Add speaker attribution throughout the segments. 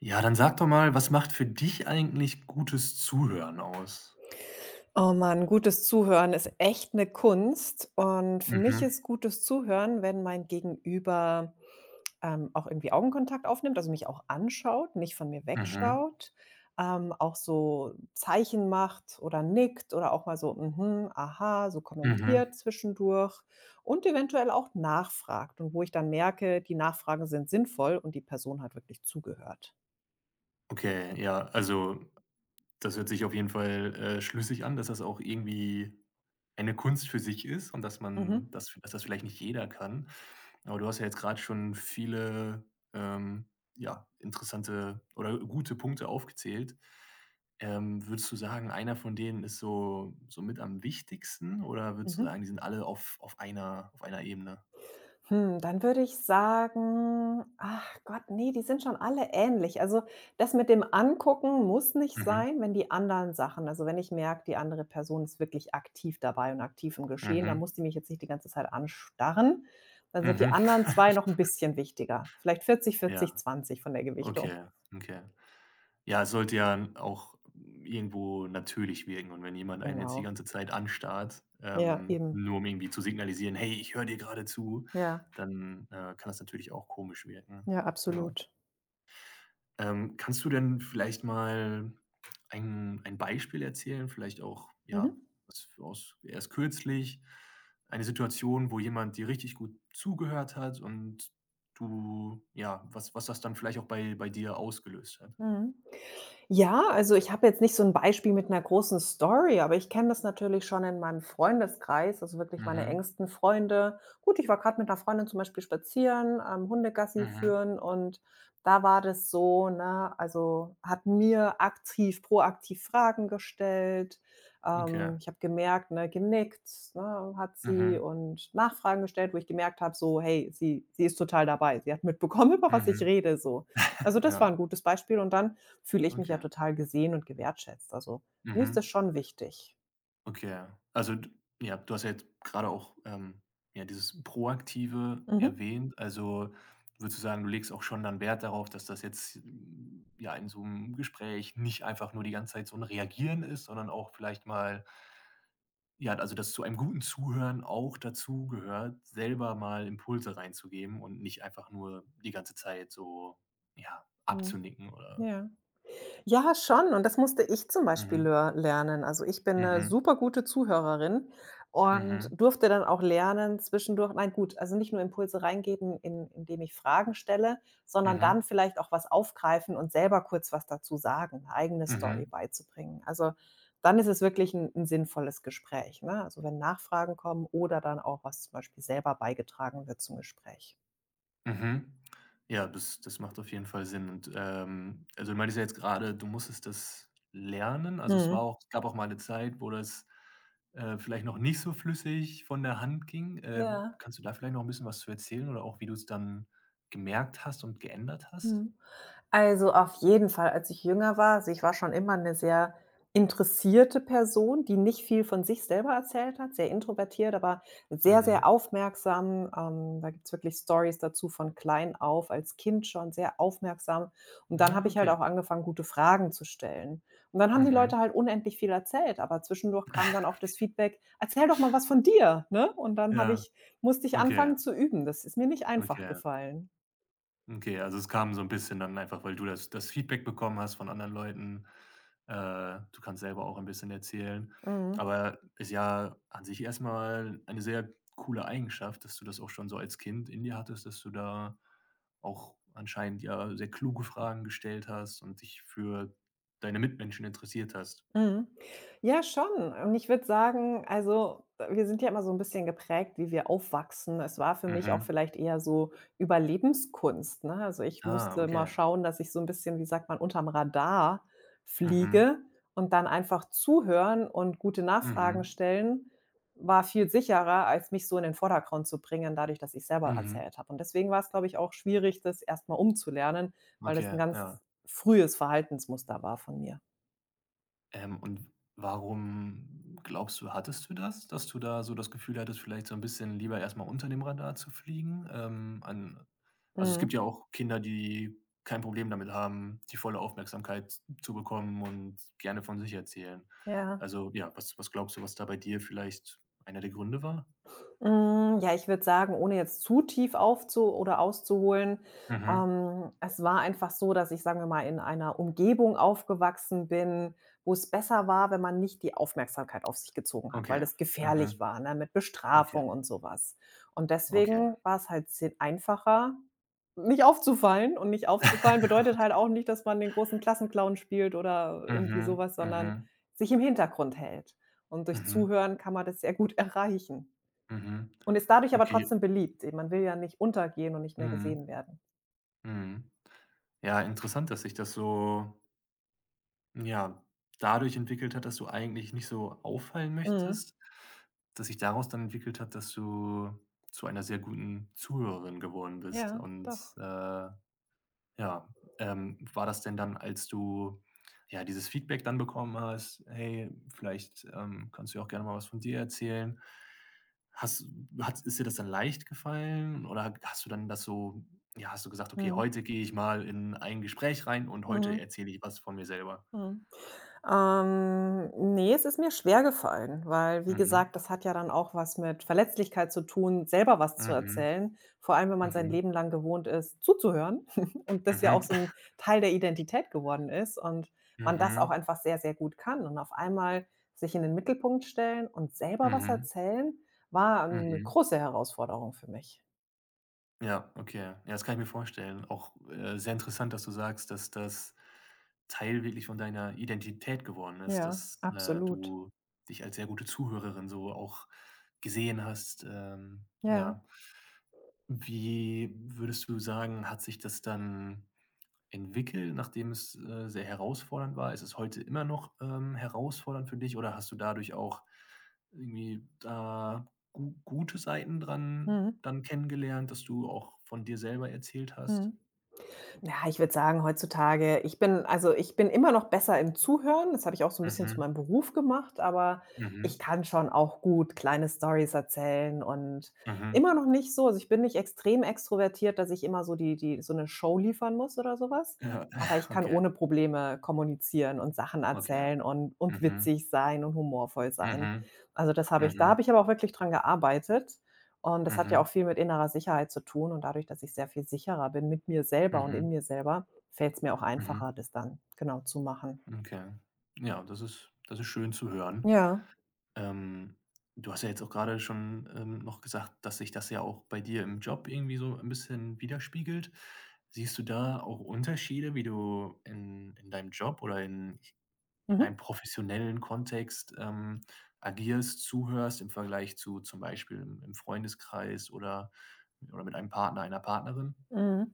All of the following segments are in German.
Speaker 1: Ja, dann sag doch mal, was macht für dich eigentlich gutes Zuhören aus?
Speaker 2: Oh Mann, gutes Zuhören ist echt 'ne Kunst und für mich
Speaker 1: Mhm,
Speaker 2: ist gutes Zuhören, wenn mein Gegenüber, auch irgendwie Augenkontakt aufnimmt, also mich auch anschaut, nicht von mir
Speaker 1: mhm,
Speaker 2: wegschaut, auch so Zeichen macht oder nickt oder auch mal so „Mhm, aha“, so
Speaker 1: mhm.
Speaker 2: kommentiert zwischendurch und eventuell auch nachfragt und wo ich dann merke, die Nachfragen sind sinnvoll und die Person hat wirklich zugehört.
Speaker 1: Okay, ja, also. Das hört sich auf jeden Fall schlüssig an, dass das auch irgendwie eine Kunst für sich ist und dass man
Speaker 2: Mhm,
Speaker 1: das dass das vielleicht nicht jeder kann. Aber du hast ja jetzt gerade schon viele, ähm, ja, interessante oder gute Punkte aufgezählt. Würdest du sagen, einer von denen ist so mit am wichtigsten oder würdest du
Speaker 2: mhm.
Speaker 1: sagen, die sind alle auf einer Ebene?
Speaker 2: Hm, dann würde ich sagen, ach Gott, nee, die sind schon alle ähnlich. Also, das mit dem Angucken muss nicht
Speaker 1: Mhm,
Speaker 2: sein, wenn die anderen Sachen, also, wenn ich merke, die andere Person ist wirklich aktiv dabei und aktiv im Geschehen, dann
Speaker 1: mhm,
Speaker 2: muss die mich jetzt nicht die ganze Zeit anstarren. Dann sind die
Speaker 1: mhm.
Speaker 2: anderen 2 noch ein bisschen wichtiger. Vielleicht vierzig,
Speaker 1: Ja,
Speaker 2: vierzig, zwanzig von der Gewichtung.
Speaker 1: okay, okay. Ja, es sollte ja auch irgendwo natürlich wirken, und wenn jemand einen jetzt die
Speaker 2: Genau.
Speaker 1: ganze Zeit anstarrt,
Speaker 2: Ja, eben.
Speaker 1: nur um irgendwie zu signalisieren: „Hey, ich höre dir gerade zu“,
Speaker 2: Ja,
Speaker 1: dann kann das natürlich auch komisch wirken.
Speaker 2: ja,
Speaker 1: Ja.
Speaker 2: absolut.
Speaker 1: Kannst du denn vielleicht mal ein Beispiel erzählen, vielleicht auch,
Speaker 2: Mhm.
Speaker 1: ja, was aus erst kürzlich, eine Situation, wo jemand dir richtig gut zugehört hat und du ja, was was das dann vielleicht auch bei dir ausgelöst hat?
Speaker 2: Mhm. Ja, also ich habe jetzt nicht so ein Beispiel mit einer großen Story, aber ich kenne das natürlich schon in meinem Freundeskreis, also wirklich meine
Speaker 1: Mhm.
Speaker 2: engsten Freunde. Gut, ich war gerade mit einer Freundin zum Beispiel spazieren, Hundegassi
Speaker 1: Mhm.
Speaker 2: führen und da war das so, ne, also hat mir aktiv proaktiv Fragen gestellt.
Speaker 1: Okay.
Speaker 2: Ich habe gemerkt, ne, genickt, ne, hat sie
Speaker 1: Mhm.
Speaker 2: und Nachfragen gestellt, wo ich gemerkt habe, so: „Hey, sie ist total dabei.“ Sie hat mitbekommen, über was ich
Speaker 1: Mhm.
Speaker 2: rede so. Also, das war
Speaker 1: Ja,
Speaker 2: ein gutes Beispiel und dann fühle ich mich ja
Speaker 1: okay.
Speaker 2: total gesehen und gewertschätzt. Also, mir ist das
Speaker 1: Mhm.
Speaker 2: schon wichtig.
Speaker 1: Okay. Also, d ja, du hast ja jetzt gerade auch, ja, dieses Proaktive
Speaker 2: Mhm.
Speaker 1: erwähnt. Also, würdest du sagen, du legst auch schon dann Wert darauf, dass das jetzt, ja, in so einem Gespräch nicht einfach nur die ganze Zeit so 'n Reagieren ist, sondern auch vielleicht mal ja, also, dass zu einem guten Zuhören auch dazu gehört, selber mal Impulse reinzugeben und nicht einfach nur die ganze Zeit so, ja,
Speaker 2: Mhm.
Speaker 1: abzunicken oder
Speaker 2: Ja. Ja, schon. Und das musste ich zum Beispiel
Speaker 1: mhm,
Speaker 2: lör lernen. Also, ich bin eine
Speaker 1: mhm.
Speaker 2: super gute Zuhörerin und
Speaker 1: Mhm,
Speaker 2: durfte dann auch lernen zwischendurch, nein, gut, also nicht nur Impulse reingeben, in indem ich Fragen stelle, sondern dann
Speaker 1: mhm,
Speaker 2: vielleicht auch was aufgreifen und selber kurz was dazu sagen, 'ne eigene Story
Speaker 1: mhm,
Speaker 2: beizubringen. Also, dann ist es wirklich ein 'n sinnvolles Gespräch, ne? Also, wenn Nachfragen kommen oder dann auch was zum Beispiel selber beigetragen wird zum Gespräch.
Speaker 1: mhm. Ja, das macht auf jeden Fall Sinn. Und also, du meintest ja jetzt gerade, du musstest das lernen. Also,
Speaker 2: Mhm.
Speaker 1: es gab auch mal eine Zeit, wo das vielleicht noch nicht so flüssig von der Hand ging.
Speaker 2: Ja.
Speaker 1: Kannst du da vielleicht noch ein bisschen was zu erzählen oder auch, wie du es dann gemerkt hast und geändert hast?
Speaker 2: Mhm. Also, auf jeden Fall, als ich jünger war, also, ich war schon immer eine sehr interessierte Person, die nicht viel von sich selber erzählt hat, sehr introvertiert, aber sehr,
Speaker 1: Mhm.
Speaker 2: sehr aufmerksam. Da gibt's wirklich Stories dazu, von klein auf, als Kind schon sehr aufmerksam. Und dann habe
Speaker 1: Na,
Speaker 2: ich halt
Speaker 1: okay.
Speaker 2: auch angefangen, gute Fragen zu stellen. Und dann haben die
Speaker 1: Mhm.
Speaker 2: Leute halt unendlich viel erzählt, aber zwischendurch kam dann auch das Feedback: „Erzähl doch mal was von dir“, ne? Und dann habe
Speaker 1: Ja,
Speaker 2: ich musste ich
Speaker 1: okay,
Speaker 2: anfangen zu üben. Das ist mir nicht einfach
Speaker 1: okay.
Speaker 2: gefallen.
Speaker 1: Okay, also es kam so ein bisschen dann einfach, weil du das Feedback bekommen hast von anderen Leuten. Äh, du kannst selber auch ein bisschen erzählen.
Speaker 2: Mhm.
Speaker 1: Aber ist ja an sich erstmal eine sehr coole Eigenschaft, dass du das auch schon so als Kind in dir hattest, dass du da auch anscheinend ja sehr kluge Fragen gestellt hast und dich für deine Mitmenschen interessiert hast.
Speaker 2: Mhm. Ja, schon. Und ich würde sagen, also, wir sind ja immer so ein bisschen geprägt, wie wir aufwachsen. Es war für mich auch
Speaker 1: Mhm.
Speaker 2: vielleicht eher so Überlebenskunst, ne? Also, ich
Speaker 1: Ah,
Speaker 2: musste mal
Speaker 1: okay.
Speaker 2: schauen, dass ich so ein bisschen, wie sagt man, unterm Radar
Speaker 1: Mhm.
Speaker 2: fliege, und dann einfach zuhören und gute Nachfragen
Speaker 1: Mhm.
Speaker 2: stellen war viel sicherer, als mich so in den Vordergrund zu bringen, dadurch, dass ich selber
Speaker 1: Mhm.
Speaker 2: erzählt habe. Und deswegen war es, glaube ich, auch schwierig, das erst mal umzulernen, weil das ein
Speaker 1: Okay,
Speaker 2: ganz
Speaker 1: ja.
Speaker 2: frühes Verhaltensmuster war von mir.
Speaker 1: Und warum glaubst du, hattest du das, dass du da so das Gefühl hattest, vielleicht so ein bisschen lieber erstmal unter dem Radar zu fliegen? An Also, es
Speaker 2: Mhm,
Speaker 1: gibt ja auch Kinder, die kein Problem damit haben, die volle Aufmerksamkeit zu bekommen und gerne von sich erzählen.
Speaker 2: ja.
Speaker 1: Also, ja, was was glaubst du, was da bei dir vielleicht einer der Gründe war?
Speaker 2: Hm, ja, ich würde sagen, ohne jetzt zu tief aufzu oder auszuholen,
Speaker 1: Mhm.
Speaker 2: es war einfach so, dass ich, sagen wir mal, in einer Umgebung aufgewachsen bin, wo es besser war, wenn man nicht die Aufmerksamkeit auf sich gezogen hat, weil
Speaker 1: Okay.
Speaker 2: das
Speaker 1: Mhm.
Speaker 2: gefährlich war, ne, mit
Speaker 1: Okay.
Speaker 2: Bestrafung und sowas. Und
Speaker 1: Okay.
Speaker 2: deswegen war es halt si einfacher, nicht aufzufallen, und nicht aufzufallen bedeutet halt auch nicht, dass man den großen Klassenclown spielt oder irgendwie
Speaker 1: Mhm.
Speaker 2: sowas, sondern
Speaker 1: Mhm.
Speaker 2: sich im Hintergrund hält. Und durch
Speaker 1: Mhm.
Speaker 2: Zuhören kann man das sehr gut erreichen.
Speaker 1: Mhm.
Speaker 2: Und ist dadurch aber
Speaker 1: Okay.
Speaker 2: trotzdem beliebt. Man will ja nicht untergehen und nicht mehr gesehen
Speaker 1: Mhm.
Speaker 2: werden.
Speaker 1: Mhm. Ja, interessant, dass sich das so, ja, dadurch entwickelt hat, dass du eigentlich nicht so auffallen
Speaker 2: Mhm.
Speaker 1: möchtest, dass sich daraus dann entwickelt hat, dass du zu einer sehr guten Zuhörerin geworden bist.
Speaker 2: Ja,
Speaker 1: Und
Speaker 2: doch.
Speaker 1: ja, war das denn dann, als du ja dieses Feedback dann bekommen hast, hey, vielleicht kannst du ja auch gerne mal was von dir erzählen. Hast hat ist dir das dann leicht gefallen oder hast du dann das so ja, hast du gesagt: „Okay,
Speaker 2: Mhm.
Speaker 1: heute gehe ich mal in ein Gespräch rein und heute
Speaker 2: Mhm.
Speaker 1: erzähle ich was von mir selber?“
Speaker 2: Mhm. Ne, es ist mir schwergefallen, weil, wie
Speaker 1: Mhm.
Speaker 2: gesagt, das hat ja dann auch was mit Verletzlichkeit zu tun, selber was zu
Speaker 1: Mhm.
Speaker 2: erzählen, vor allem, wenn man sein
Speaker 1: Mhm.
Speaker 2: Leben lang gewohnt ist, zuzuhören und das ja auch
Speaker 1: Mhm.
Speaker 2: so 'n Teil der Identität geworden ist und man das auch
Speaker 1: Mhm.
Speaker 2: einfach sehr, sehr gut kann. Und auf einmal sich in den Mittelpunkt stellen und selber was
Speaker 1: Mhm.
Speaker 2: erzählen, war 'ne
Speaker 1: Mhm.
Speaker 2: große Herausforderung für mich.
Speaker 1: Ja, okay. Ja, das kann ich mir vorstellen. Auch sehr interessant, dass du sagst, dass das Teil wirklich von deiner Identität geworden ist,
Speaker 2: Ja,
Speaker 1: dass
Speaker 2: absolut.
Speaker 1: du dich als sehr gute Zuhörerin so auch gesehen hast,
Speaker 2: Ja.
Speaker 1: ja. Wie würdest du sagen, hat sich das dann entwickelt, nachdem es sehr herausfordernd war? Ist es heute immer noch herausfordernd für dich, oder hast du dadurch auch irgendwie da gu gute Seiten dran
Speaker 2: Mhm.
Speaker 1: dann kennengelernt, dass du auch von dir selber erzählt hast?
Speaker 2: Mhm. Ja, ich würde sagen, heutzutage, ich bin, also, ich bin immer noch besser im Zuhören. Das habe ich auch so ein bisschen zu
Speaker 1: Mhm,
Speaker 2: meinem Beruf gemacht, aber ich
Speaker 1: mhm,
Speaker 2: kann schon auch gut kleine Stories erzählen und
Speaker 1: mhm.
Speaker 2: immer noch nicht so, also, ich bin nicht extrem extrovertiert, dass ich immer so die so eine Show liefern muss oder sowas.
Speaker 1: Ja,
Speaker 2: Aber ich kann
Speaker 1: okay,
Speaker 2: ohne Probleme kommunizieren und Sachen
Speaker 1: okay, ja.
Speaker 2: erzählen und
Speaker 1: Mhm,
Speaker 2: witzig sein und humorvoll sein.
Speaker 1: mhm,
Speaker 2: Also, das habe ich da
Speaker 1: mhm,
Speaker 2: habe ich aber auch wirklich dran gearbeitet. Und das hat ja auch
Speaker 1: mhm,
Speaker 2: viel mit innerer Sicherheit zu tun, und dadurch, dass ich sehr viel sicherer bin mit mir selber und in
Speaker 1: mhm,
Speaker 2: mir selber, fällt es mir auch
Speaker 1: mhm.
Speaker 2: einfacher, das dann genau zu machen.
Speaker 1: Okay. Ja, das ist schön zu hören.
Speaker 2: Ja.
Speaker 1: Ähm, du hast ja jetzt auch gerade schon, noch gesagt, dass sich das ja auch bei dir im Job irgendwie so ein bisschen widerspiegelt. Siehst du da auch Unterschiede, wie du in deinem Job oder in
Speaker 2: Mhm.
Speaker 1: einem professionellen Kontext agierst, zuhörst im Vergleich zu zum Beispiel im Freundeskreis oder mit einem Partner, einer Partnerin?
Speaker 2: Mhm.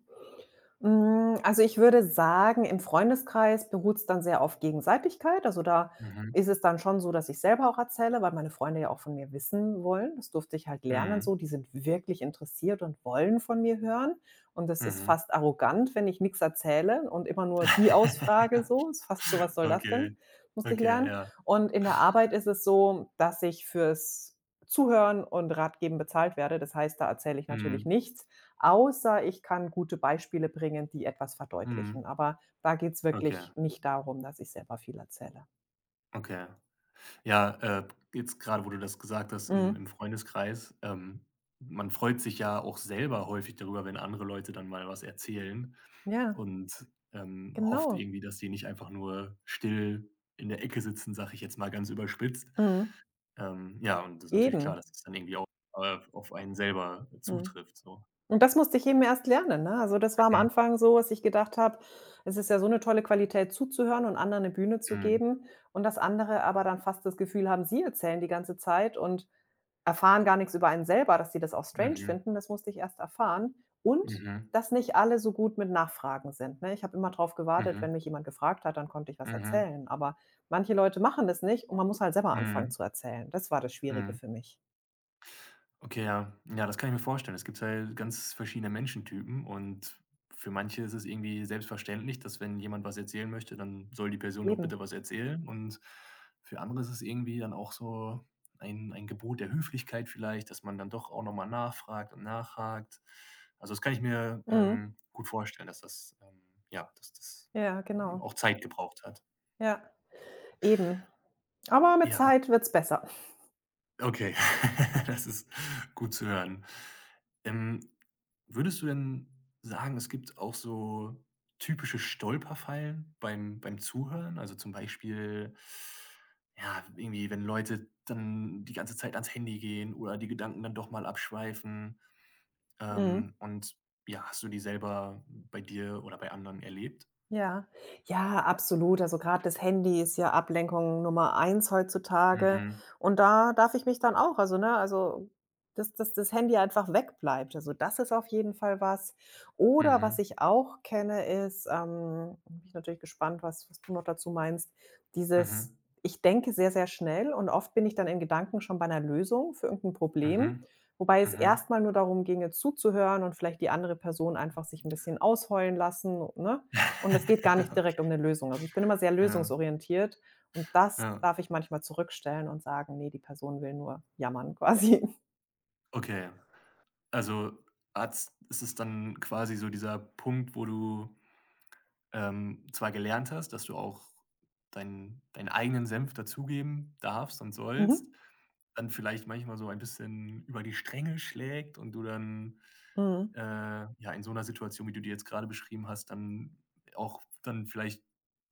Speaker 2: Hm, also, ich würde sagen, im Freundeskreis beruht es dann sehr auf Gegenseitigkeit. Also, da
Speaker 1: Mhm.
Speaker 2: ist es dann schon so, dass ich selber auch erzähle, weil meine Freunde ja auch von mir wissen wollen. Das durfte ich halt lernen so.
Speaker 1: Mhm.
Speaker 2: Die sind wirklich interessiert und wollen von mir hören. Und das ist
Speaker 1: Mhm.
Speaker 2: fast arrogant, wenn ich nichts erzähle und immer nur die ausfrage so. Ist fast so: „Was soll das
Speaker 1: Okay,
Speaker 2: denn?“, musste ich
Speaker 1: okay,
Speaker 2: lernen.
Speaker 1: ja.
Speaker 2: Und in der Arbeit ist es so, dass ich fürs Zuhören und Ratgeben bezahlt werde. Das heißt, da erzähle ich natürlich
Speaker 1: Mhm.
Speaker 2: nichts, außer ich kann gute Beispiele bringen, die etwas verdeutlichen.
Speaker 1: Mhm.
Speaker 2: Aber da geht's
Speaker 1: Okay,
Speaker 2: wirklich nicht darum, dass ich selber viel erzähle.
Speaker 1: okay. Ja jetzt gerade, wo du das gesagt hast im
Speaker 2: Mhm.
Speaker 1: im Freundeskreis, man freut sich ja auch selber häufig darüber, wenn andere Leute dann mal was erzählen,
Speaker 2: Ja,
Speaker 1: und hofft
Speaker 2: genau.
Speaker 1: irgendwie, dass die nicht einfach nur still in der Ecke sitzen, sage ich jetzt mal ganz überspitzt.
Speaker 2: Mhm.
Speaker 1: Ja, und das ist natürlich klar,
Speaker 2: Eben.
Speaker 1: dass es dann irgendwie auch auf einen selber
Speaker 2: Mhm.
Speaker 1: zutrifft so.
Speaker 2: Und das musste ich eben erst lernen, ne? Also, das war am
Speaker 1: Mhm,
Speaker 2: Anfang so, was ich gedacht habe, es ist ja so eine tolle Qualität, zuzuhören und anderen eine Bühne zu
Speaker 1: mhm,
Speaker 2: geben, und das andere aber dann fast das Gefühl haben, sie erzählen die ganze Zeit und erfahren gar nichts über einen selber, dass die das auch strange
Speaker 1: mhm,
Speaker 2: finden, das musste ich erst erfahren. Und
Speaker 1: mhm,
Speaker 2: dass nicht alle so gut mit Nachfragen sind, ne? Ich habe immer drauf gewartet,
Speaker 1: mhm,
Speaker 2: wenn mich jemand gefragt hat, dann konnte ich was
Speaker 1: mhm,
Speaker 2: erzählen. Aber manche Leute machen das nicht und man muss halt selber anfangen
Speaker 1: mhm,
Speaker 2: zu erzählen. Das war das Schwierige
Speaker 1: mhm.
Speaker 2: für mich.
Speaker 1: Okay, ja. Ja, das kann ich mir vorstellen. Es gibt halt ganz verschiedene Menschentypen, und für manche ist es irgendwie selbstverständlich, dass wenn jemand was erzählen möchte, dann soll die Person doch
Speaker 2: Eben.
Speaker 1: bitte was erzählen. Und für andere ist es irgendwie dann auch so ein Gebot der Höflichkeit vielleicht, dass man dann doch auch nochmal nachfragt und nachhakt. Also das kann ich mir
Speaker 2: Mhm.
Speaker 1: gut vorstellen, dass das ja, dass das
Speaker 2: Ja,
Speaker 1: ähm,
Speaker 2: genau.
Speaker 1: auch Zeit gebraucht hat.
Speaker 2: Ja, eben. Aber mit
Speaker 1: Ja,
Speaker 2: Zeit wird's besser.
Speaker 1: okay, das ist gut zu hören. Ähm, würdest du denn sagen, es gibt auch so typische Stolperfallen beim Zuhören? Also, zum Beispiel, ja, irgendwie, wenn Leute dann die ganze Zeit ans Handy gehen oder die Gedanken dann doch mal abschweifen
Speaker 2: Mhm.
Speaker 1: und ja, hast du die selber bei dir oder bei anderen erlebt?
Speaker 2: Ja, ja, absolut. Also gerade das Handy ist ja Ablenkung Nummer eins heutzutage.
Speaker 1: Mhm,
Speaker 2: Und da darf ich mich dann auch, also, ne, also, dass das Handy einfach wegbleibt. Also, das ist auf jeden Fall was. Oder was
Speaker 1: mhm,
Speaker 2: ich auch kenne, ist, bin ich natürlich gespannt, was du noch dazu meinst, dieses,
Speaker 1: mhm,
Speaker 2: ich denke sehr, sehr schnell und oft bin ich dann in Gedanken schon bei einer Lösung für irgendein Problem,
Speaker 1: mhm,
Speaker 2: wobei es
Speaker 1: mhm.
Speaker 2: erstmal nur darum ginge, zuzuhören und vielleicht die andere Person einfach sich ein bisschen ausheulen lassen, ne? Und es geht gar nicht direkt
Speaker 1: Okay.
Speaker 2: um 'ne Lösung. Also, ich bin immer sehr
Speaker 1: Ja,
Speaker 2: lösungsorientiert und das
Speaker 1: ja,
Speaker 2: darf ich manchmal zurückstellen und sagen: „Ne, die Person will nur jammern“, quasi.
Speaker 1: okay. Also, hat's ist es dann quasi so dieser Punkt, wo du zwar gelernt hast, dass du auch deinen eigenen Senf dazugeben darfst und
Speaker 2: Mhm.
Speaker 1: sollst, dann vielleicht manchmal so ein bisschen über die Stränge schlägt und du dann
Speaker 2: Mhm.
Speaker 1: ja, in so einer Situation, wie du die jetzt gerade beschrieben hast, dann auch dann vielleicht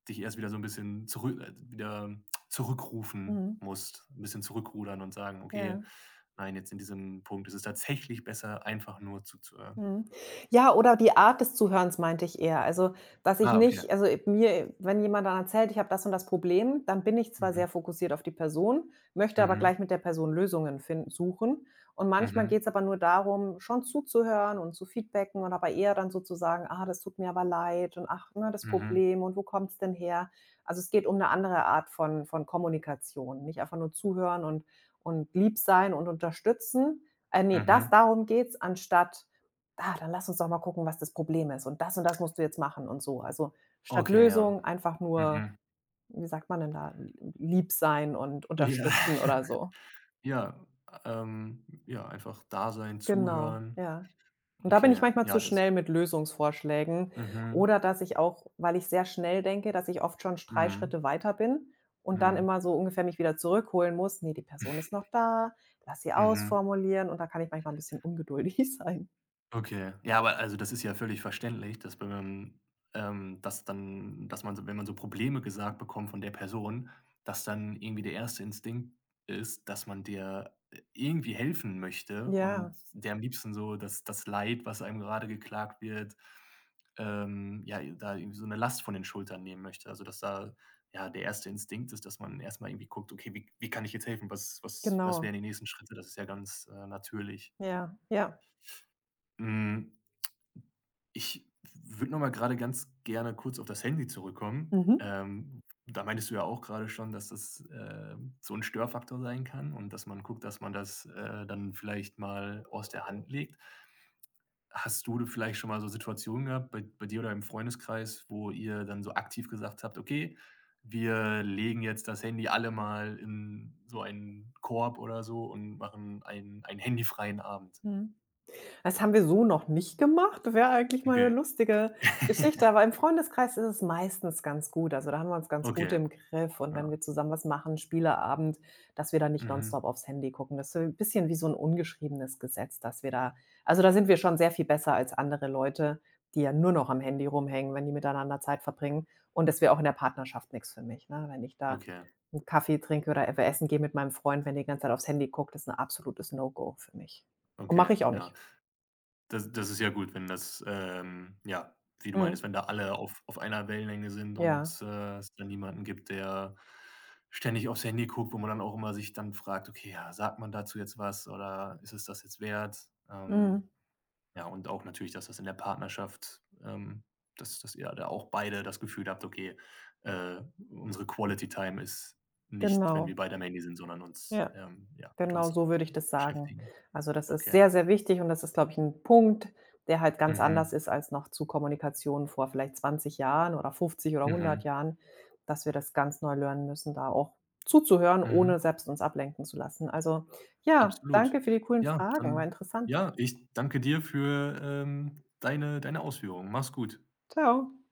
Speaker 1: dich erst wieder so ein bisschen zurück wieder zurückrufen
Speaker 2: Mhm.
Speaker 1: musst, ein bisschen zurückrudern und sagen: „Okay,
Speaker 2: Ja.
Speaker 1: nein, jetzt in diesem Punkt ist es tatsächlich besser, einfach nur zuzuhören.“
Speaker 2: Mhm. Ja, oder die Art des Zuhörens meinte ich eher. Also, dass ich
Speaker 1: Ah, okay.
Speaker 2: nicht, also, mir, wenn jemand dann erzählt, ich habe das und das Problem, dann bin ich zwar
Speaker 1: Mhm.
Speaker 2: sehr fokussiert auf die Person, möchte aber gleich
Speaker 1: Mhm.
Speaker 2: mit der Person Lösungen finden, suchen. Und manchmal geht
Speaker 1: Mhm.
Speaker 2: es aber nur darum, schon zuzuhören und zu feedbacken und aber eher dann so zu sagen: „Ah, das tut mir aber leid und ach, ne, das
Speaker 1: Mhm.
Speaker 2: Problem, und wo kommt's denn her?“ Also, es geht um eine andere Art von Kommunikation, nicht einfach nur zuhören und lieb sein und unterstützen. Ne, das,
Speaker 1: Mhm.
Speaker 2: darum geht's, anstatt: Ah, dann lass uns doch mal gucken, was das Problem ist und das musst du jetzt machen und so. Also, statt
Speaker 1: Okay, ja.
Speaker 2: Lösung einfach nur,
Speaker 1: Mhm.
Speaker 2: wie sagt man denn da, lieb sein und
Speaker 1: Ja.
Speaker 2: unterstützen oder so.
Speaker 1: Ja, ja, einfach da sein,
Speaker 2: Genau,
Speaker 1: zuhören.
Speaker 2: ja. Und da bin ich
Speaker 1: Okay,
Speaker 2: manchmal zu
Speaker 1: ja, das
Speaker 2: schnell mit Lösungsvorschlägen,
Speaker 1: mhm.
Speaker 2: oder dass ich auch, weil ich sehr schnell denke, dass ich oft schon 3
Speaker 1: Mhm.
Speaker 2: Schritte weiter bin und dann
Speaker 1: Mhm.
Speaker 2: immer so ungefähr mich wieder zurückholen muss: „Ne, die Person ist noch da, lass sie
Speaker 1: Mhm.
Speaker 2: ausformulieren“, und da kann ich manchmal ein bisschen ungeduldig sein.
Speaker 1: Okay. Ja, aber also das ist ja völlig verständlich, dass wenn man dass man so, wenn man so Probleme gesagt bekommt von der Person, dass dann irgendwie der erste Instinkt ist, dass man dir irgendwie helfen möchte
Speaker 2: Ja,
Speaker 1: und der am liebsten so, dass das Leid, was einem gerade geklagt wird ja, da irgendwie so eine Last von den Schultern nehmen möchte. Also, dass da, ja, der erste Instinkt ist, dass man erst mal irgendwie guckt: „Okay, wie kann ich jetzt helfen? Was
Speaker 2: genau.
Speaker 1: wären die nächsten Schritte?“ Das ist ja ganz natürlich.
Speaker 2: Ja, ja.
Speaker 1: Mhm. Ich würde noch mal gerade ganz gerne kurz auf das Handy zurückkommen.
Speaker 2: Mhm.
Speaker 1: Da meintest du ja auch gerade schon, dass das so ein Störfaktor sein kann und dass man guckt, dass man das dann vielleicht mal aus der Hand legt. Hast du vielleicht schon mal so Situationen gehabt bei dir oder im Freundeskreis, wo ihr dann so aktiv gesagt habt: „Okay, wir legen jetzt das Handy alle mal in so einen Korb oder so und machen einen handyfreien Abend?“
Speaker 2: Mhm. Das haben wir so noch nicht gemacht. Wäre eigentlich mal 'ne
Speaker 1: Okay.
Speaker 2: lustige Geschichte, aber im Freundeskreis ist es meistens ganz gut. Also, da haben wir uns ganz
Speaker 1: Okay,
Speaker 2: gut im Griff, und wenn
Speaker 1: ja.
Speaker 2: wir zusammen was machen, Spieleabend, dass wir da nicht nonstop
Speaker 1: Mhm.
Speaker 2: aufs Handy gucken. Das ist so 'n bisschen wie so 'n ungeschriebenes Gesetz, dass wir da, also, da sind wir schon sehr viel besser als andere Leute, die ja nur noch am Handy rumhängen, wenn die miteinander Zeit verbringen. Und das wäre auch in der Partnerschaft nix für mich, ne? Wenn ich da
Speaker 1: Okay.
Speaker 2: 'n Kaffee trinke oder, essen gehe mit meinem Freund, wenn der die ganze Zeit aufs Handy guckt, ist 'n absolutes No-Go für mich. Und mache
Speaker 1: Okay,
Speaker 2: ich auch
Speaker 1: ja.
Speaker 2: nicht.
Speaker 1: Das ist ja gut, wenn das, ja, wie du meinst,
Speaker 2: Mhm.
Speaker 1: wenn da alle auf einer Wellenlänge sind und
Speaker 2: Ja,
Speaker 1: es dann niemanden gibt, der ständig aufs Handy guckt, wo man dann auch immer sich dann fragt: „Okay, ja, sagt man dazu jetzt was, oder ist es das jetzt wert?“
Speaker 2: mhm.
Speaker 1: ja, und auch natürlich, dass das in der Partnerschaft, dass ihr da auch beide das Gefühl habt: „Okay, äh, unsere Quality Time ist nicht, wenn
Speaker 2: Genau.
Speaker 1: wir beide am Handy sind, sondern uns,
Speaker 2: Ja,
Speaker 1: ja, mit
Speaker 2: genau
Speaker 1: uns äh,
Speaker 2: so würde ich das sagen.
Speaker 1: beschäftigen.“
Speaker 2: Also, das ist
Speaker 1: Okay.
Speaker 2: sehr, sehr wichtig und das ist, glaube ich, 'n Punkt, der halt ganz anders
Speaker 1: Mhm.
Speaker 2: ist als noch zu Kommunikation vor vielleicht 20 Jahren oder 50 oder hundert
Speaker 1: Mhm,
Speaker 2: Jahren, dass wir das ganz neu lernen müssen, da auch zuzuhören, ohne
Speaker 1: mhm,
Speaker 2: selbst uns ablenken zu lassen. Also, ja,
Speaker 1: absolut.
Speaker 2: danke für die coolen
Speaker 1: Ja,
Speaker 2: Fragen, war
Speaker 1: dann
Speaker 2: interessant.
Speaker 1: ja, ich danke dir für deine Ausführungen. Mach's gut.
Speaker 2: Tschau.